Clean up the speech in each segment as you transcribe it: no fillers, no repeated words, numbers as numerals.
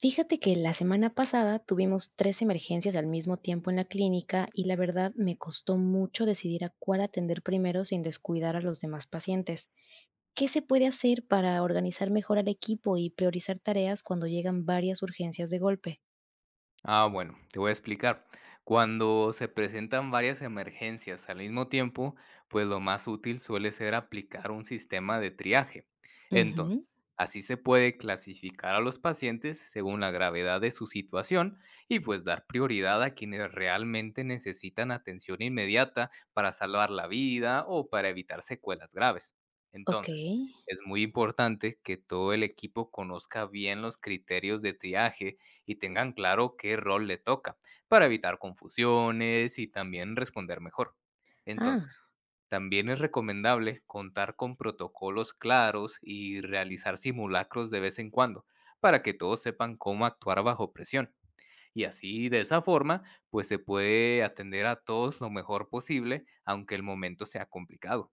Fíjate que la semana pasada tuvimos tres emergencias al mismo tiempo en la clínica y la verdad me costó mucho decidir a cuál atender primero sin descuidar a los demás pacientes. ¿Qué se puede hacer para organizar mejor al equipo y priorizar tareas cuando llegan varias urgencias de golpe? Ah, bueno, te voy a explicar. Cuando se presentan varias emergencias al mismo tiempo, pues lo más útil suele ser aplicar un sistema de triaje. Ujú. Entonces, así se puede clasificar a los pacientes según la gravedad de su situación y pues dar prioridad a quienes realmente necesitan atención inmediata para salvar la vida o para evitar secuelas graves. Ok. Entonces, es muy importante que todo el equipo conozca bien los criterios de triaje y tengan claro qué rol le toca, para evitar confusiones y también responder mejor. Ah, Entonces, también es recomendable contar con protocolos claros y realizar simulacros de vez en cuando, para que todos sepan cómo actuar bajo presión. Y así, de esa forma, pues se puede atender a todos lo mejor posible, aunque el momento sea complicado.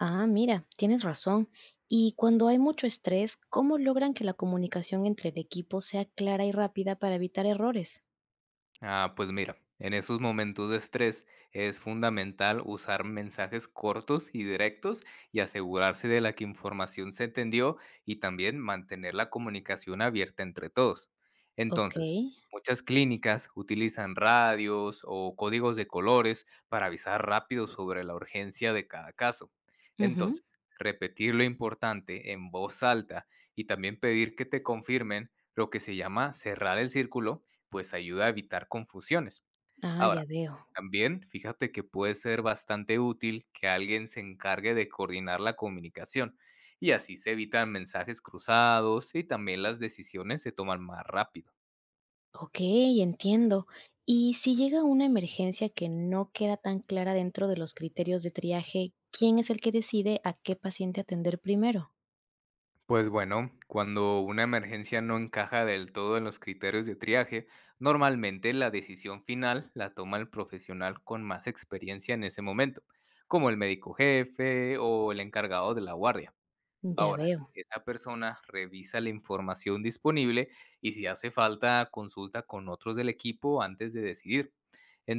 mira, tienes razón. Y cuando hay mucho estrés, ¿cómo logran que la comunicación entre el equipo sea clara y rápida para evitar errores? Ah, pues mira, en esos momentos de estrés es fundamental usar mensajes cortos y directos y asegurarse de la que información se entendió y también mantener la comunicación abierta entre todos. Ok. Entonces, muchas clínicas utilizan radios o códigos de colores para avisar rápido sobre la urgencia de cada caso. Ujú. Entonces, repetir lo importante en voz alta y también pedir que te confirmen lo que se llama cerrar el círculo pues ayuda a evitar confusiones. Ah, Ahora, ya veo. también fíjate que puede ser bastante útil que alguien se encargue de coordinar la comunicación y así se evitan mensajes cruzados y también las decisiones se toman más rápido. Ok, entiendo. Y si llega una emergencia que no queda tan clara dentro de los criterios de triaje, ¿quién es el que decide a qué paciente atender primero? Pues bueno, cuando una emergencia no encaja del todo en los criterios de triaje, normalmente la decisión final la toma el profesional con más experiencia en ese momento, como el médico jefe o el encargado de la guardia. Ya Ahora, veo. esa persona revisa la información disponible y si hace falta, consulta con otros del equipo antes de decidir.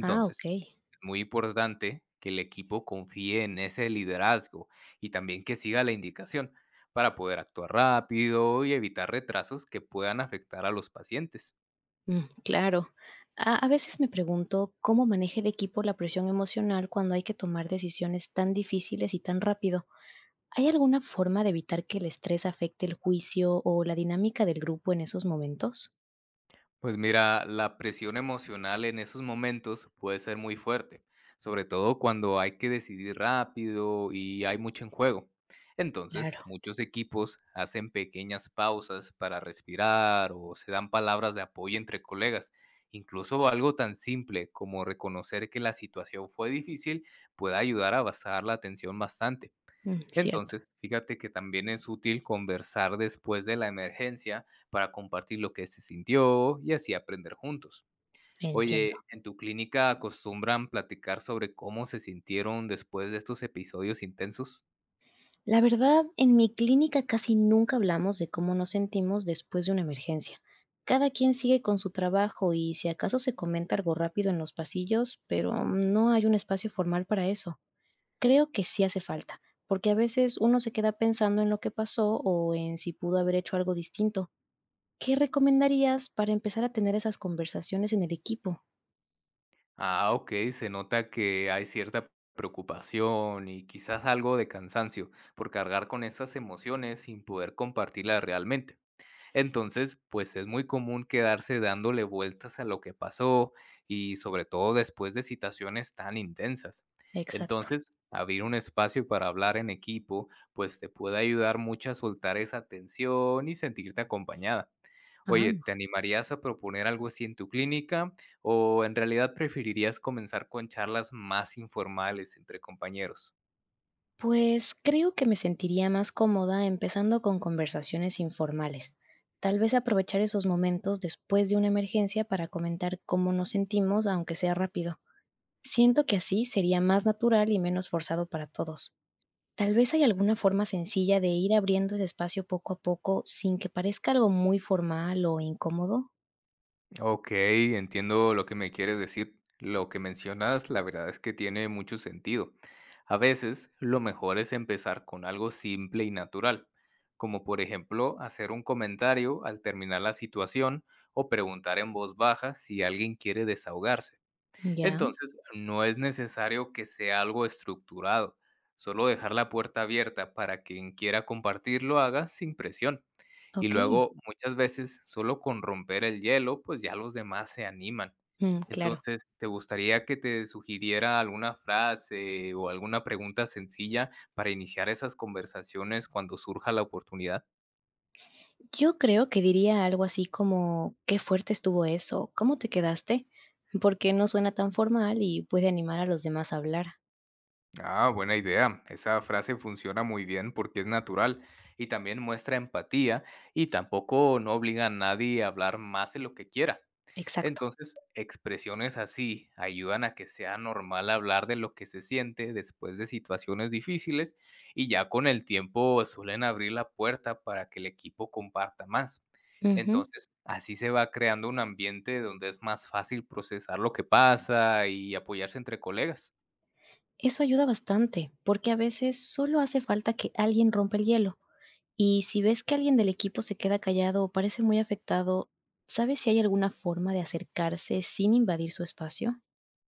Ah, ok. es muy importante que el equipo confíe en ese liderazgo y también que siga la indicación para poder actuar rápido y evitar retrasos que puedan afectar a los pacientes. Mm, claro. A veces me pregunto cómo maneja el equipo la presión emocional cuando hay que tomar decisiones tan difíciles y tan rápido. ¿Hay alguna forma de evitar que el estrés afecte el juicio o la dinámica del grupo en esos momentos? Pues mira, la presión emocional en esos momentos puede ser muy fuerte, sobre todo cuando hay que decidir rápido y hay mucho en juego. Entonces, Claro. muchos equipos hacen pequeñas pausas para respirar o se dan palabras de apoyo entre colegas. Incluso algo tan simple como reconocer que la situación fue difícil puede ayudar a bajar la tensión bastante. Mm, cierto, Entonces, fíjate que también es útil conversar después de la emergencia para compartir lo que se sintió y así aprender juntos. entiendo. Oye, ¿en tu clínica acostumbran platicar sobre cómo se sintieron después de estos episodios intensos? La verdad, en mi clínica casi nunca hablamos de cómo nos sentimos después de una emergencia. Cada quien sigue con su trabajo y si acaso se comenta algo rápido en los pasillos, pero no hay un espacio formal para eso. Creo que sí hace falta, porque a veces uno se queda pensando en lo que pasó o en si pudo haber hecho algo distinto. ¿Qué recomendarías para empezar a tener esas conversaciones en el equipo? Ah, ok, se nota que hay cierta preocupación y quizás algo de cansancio por cargar con esas emociones sin poder compartirlas realmente. Entonces, pues es muy común quedarse dándole vueltas a lo que pasó y sobre todo después de citaciones tan intensas. Exacto. Entonces, abrir un espacio para hablar en equipo, pues te puede ayudar mucho a soltar esa tensión y sentirte acompañada. Oye, Ah. ¿te animarías a proponer algo así en tu clínica o en realidad preferirías comenzar con charlas más informales entre compañeros? Pues creo que me sentiría más cómoda empezando con conversaciones informales. Tal vez aprovechar esos momentos después de una emergencia para comentar cómo nos sentimos, aunque sea rápido. Siento que así sería más natural y menos forzado para todos. Tal vez hay alguna forma sencilla de ir abriendo ese espacio poco a poco sin que parezca algo muy formal o incómodo. Ok, entiendo lo que me quieres decir. Lo que mencionas, la verdad es que tiene mucho sentido. A veces, lo mejor es empezar con algo simple y natural, como por ejemplo hacer un comentario al terminar la situación o preguntar en voz baja si alguien quiere desahogarse. Ya, Entonces, no es necesario que sea algo estructurado, solo dejar la puerta abierta para quien quiera compartir lo haga sin presión. Y ok. luego, muchas veces, solo con romper el hielo, pues ya los demás se animan. Mm, claro. Entonces, ¿te gustaría que te sugiriera alguna frase o alguna pregunta sencilla para iniciar esas conversaciones cuando surja la oportunidad? Yo creo que diría algo así como: "Qué fuerte estuvo eso, ¿cómo te quedaste?", porque no suena tan formal y puede animar a los demás a hablar. Ah, buena idea. Esa frase funciona muy bien porque es natural y también muestra empatía y tampoco no obliga a nadie a hablar más de lo que quiera. Exacto. Entonces, expresiones así ayudan a que sea normal hablar de lo que se siente después de situaciones difíciles y ya con el tiempo suelen abrir la puerta para que el equipo comparta más. Ujú. Entonces, así se va creando un ambiente donde es más fácil procesar lo que pasa y apoyarse entre colegas. Eso ayuda bastante, porque a veces solo hace falta que alguien rompa el hielo. Y si ves que alguien del equipo se queda callado o parece muy afectado, ¿sabes si hay alguna forma de acercarse sin invadir su espacio?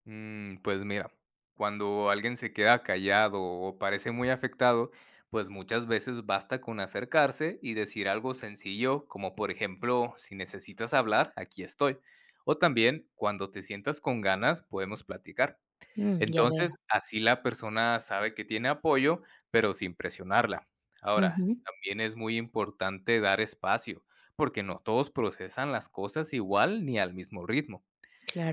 Mm, pues mira, cuando alguien se queda callado o parece muy afectado, pues muchas veces basta con acercarse y decir algo sencillo, como por ejemplo, si necesitas hablar, aquí estoy. O también, cuando te sientas con ganas, podemos platicar. Mm, ya veo. Entonces, así la persona sabe que tiene apoyo, pero sin presionarla. Ahora, Ujú, también es muy importante dar espacio, porque no todos procesan las cosas igual ni al mismo ritmo.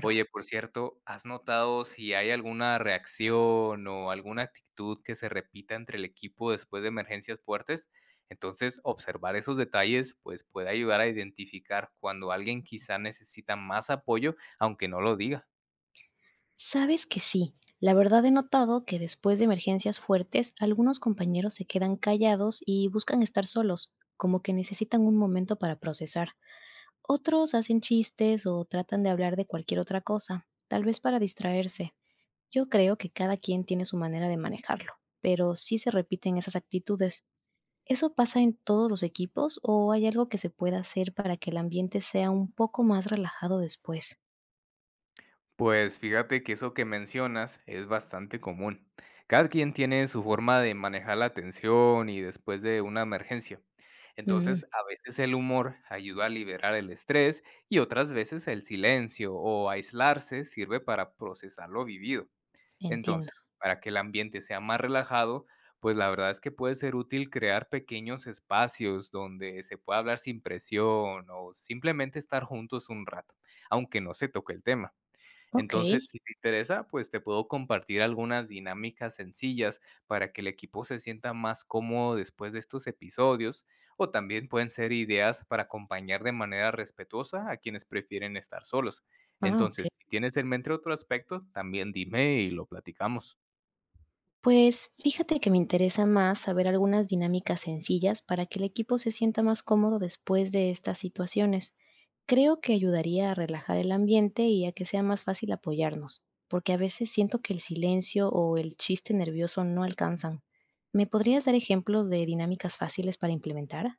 Oye, por cierto, ¿has notado si hay alguna reacción o alguna actitud que se repita entre el equipo después de emergencias fuertes? Entonces, observar esos detalles pues puede ayudar a identificar cuando alguien quizá necesita más apoyo, aunque no lo diga. Sabes que sí. La verdad he notado que después de emergencias fuertes, algunos compañeros se quedan callados y buscan estar solos, como que necesitan un momento para procesar. Otros hacen chistes o tratan de hablar de cualquier otra cosa, tal vez para distraerse. Yo creo que cada quien tiene su manera de manejarlo, pero sí se repiten esas actitudes. ¿Eso pasa en todos los equipos o hay algo que se pueda hacer para que el ambiente sea un poco más relajado después? Pues fíjate que eso que mencionas es bastante común. Cada quien tiene su forma de manejar la tensión y después de una emergencia. Mm, Entonces, a veces el humor ayuda a liberar el estrés y otras veces el silencio o aislarse sirve para procesar lo vivido. entiendo. Entonces, para que el ambiente sea más relajado, pues la verdad es que puede ser útil crear pequeños espacios donde se pueda hablar sin presión o simplemente estar juntos un rato, aunque no se toque el tema. Ok. Entonces, si te interesa, pues te puedo compartir algunas dinámicas sencillas para que el equipo se sienta más cómodo después de estos episodios, o también pueden ser ideas para acompañar de manera respetuosa a quienes prefieren estar solos. Ah, ok. Entonces, si tienes en mente otro aspecto, también dime y lo platicamos. Pues fíjate que me interesa más saber algunas dinámicas sencillas para que el equipo se sienta más cómodo después de estas situaciones. Creo que ayudaría a relajar el ambiente y a que sea más fácil apoyarnos, porque a veces siento que el silencio o el chiste nervioso no alcanzan. ¿Me podrías dar ejemplos de dinámicas fáciles para implementar?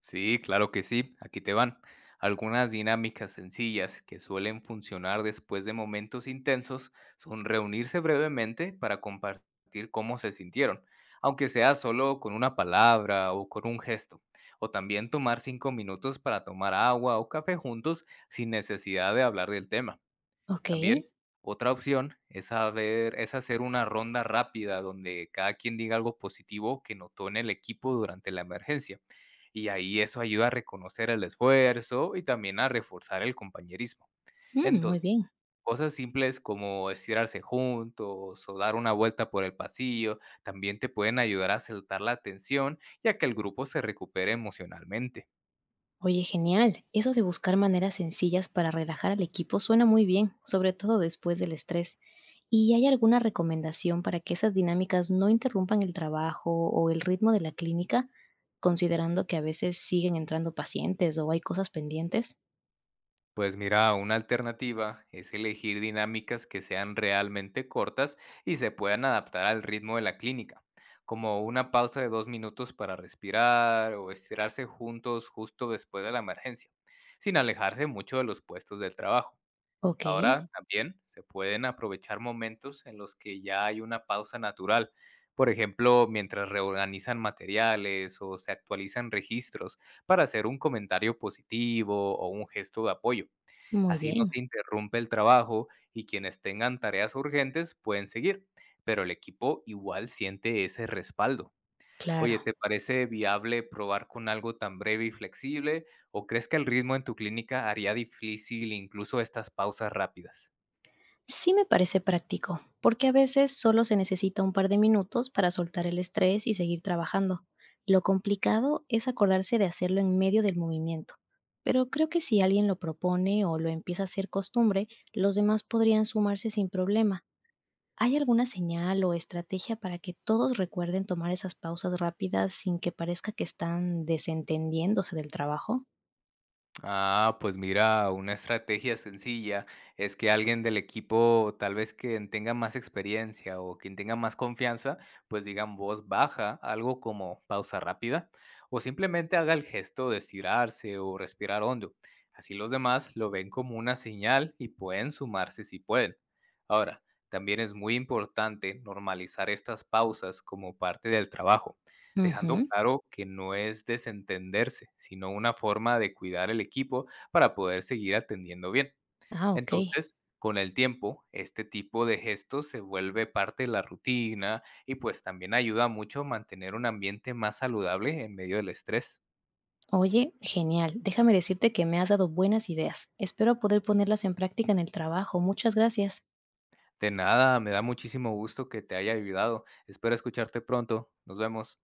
Sí, claro que sí, aquí te van. Algunas dinámicas sencillas que suelen funcionar después de momentos intensos son reunirse brevemente para compartir cómo se sintieron, aunque sea solo con una palabra o con un gesto, o también tomar 5 minutos para tomar agua o café juntos sin necesidad de hablar del tema. Ok, También, otra opción es hacer una ronda rápida donde cada quien diga algo positivo que notó en el equipo durante la emergencia. Y ahí eso ayuda a reconocer el esfuerzo y también a reforzar el compañerismo. mm, Entonces, muy bien. cosas simples como estirarse juntos o dar una vuelta por el pasillo también te pueden ayudar a soltar la tensión y a que el grupo se recupere emocionalmente. Oye, genial. Eso de buscar maneras sencillas para relajar al equipo suena muy bien, sobre todo después del estrés. ¿Y hay alguna recomendación para que esas dinámicas no interrumpan el trabajo o el ritmo de la clínica, considerando que a veces siguen entrando pacientes o hay cosas pendientes? Pues mira, una alternativa es elegir dinámicas que sean realmente cortas y se puedan adaptar al ritmo de la clínica, como una pausa de 2 minutos para respirar o estirarse juntos justo después de la emergencia, sin alejarse mucho de los puestos del trabajo. Ok, Ahora también se pueden aprovechar momentos en los que ya hay una pausa natural, por ejemplo, mientras reorganizan materiales o se actualizan registros para hacer un comentario positivo o un gesto de apoyo. muy Así no bien, se interrumpe el trabajo y quienes tengan tareas urgentes pueden seguir, pero el equipo igual siente ese respaldo. Oye, claro. ¿te parece viable probar con algo tan breve y flexible o crees que el ritmo en tu clínica haría difícil incluso estas pausas rápidas? Sí me parece práctico, porque a veces solo se necesita un par de minutos para soltar el estrés y seguir trabajando. Lo complicado es acordarse de hacerlo en medio del movimiento, pero creo que si alguien lo propone o lo empieza a hacer costumbre, los demás podrían sumarse sin problema. ¿Hay alguna señal o estrategia para que todos recuerden tomar esas pausas rápidas sin que parezca que están desentendiéndose del trabajo? Ah, pues mira, una estrategia sencilla es que alguien del equipo, tal vez quien tenga más experiencia o quien tenga más confianza, pues diga en voz baja algo como pausa rápida o simplemente haga el gesto de estirarse o respirar hondo. Así los demás lo ven como una señal y pueden sumarse si pueden. Ahora, también es muy importante normalizar estas pausas como parte del trabajo dejando Ujú. claro que no es desentenderse, sino una forma de cuidar el equipo para poder seguir atendiendo bien. Ah, ok. Entonces, con el tiempo, este tipo de gestos se vuelve parte de la rutina y pues también ayuda mucho a mantener un ambiente más saludable en medio del estrés. Oye, genial. Déjame decirte que me has dado buenas ideas. Espero poder ponerlas en práctica en el trabajo. Muchas gracias. De nada, me da muchísimo gusto que te haya ayudado. Espero escucharte pronto. Nos vemos.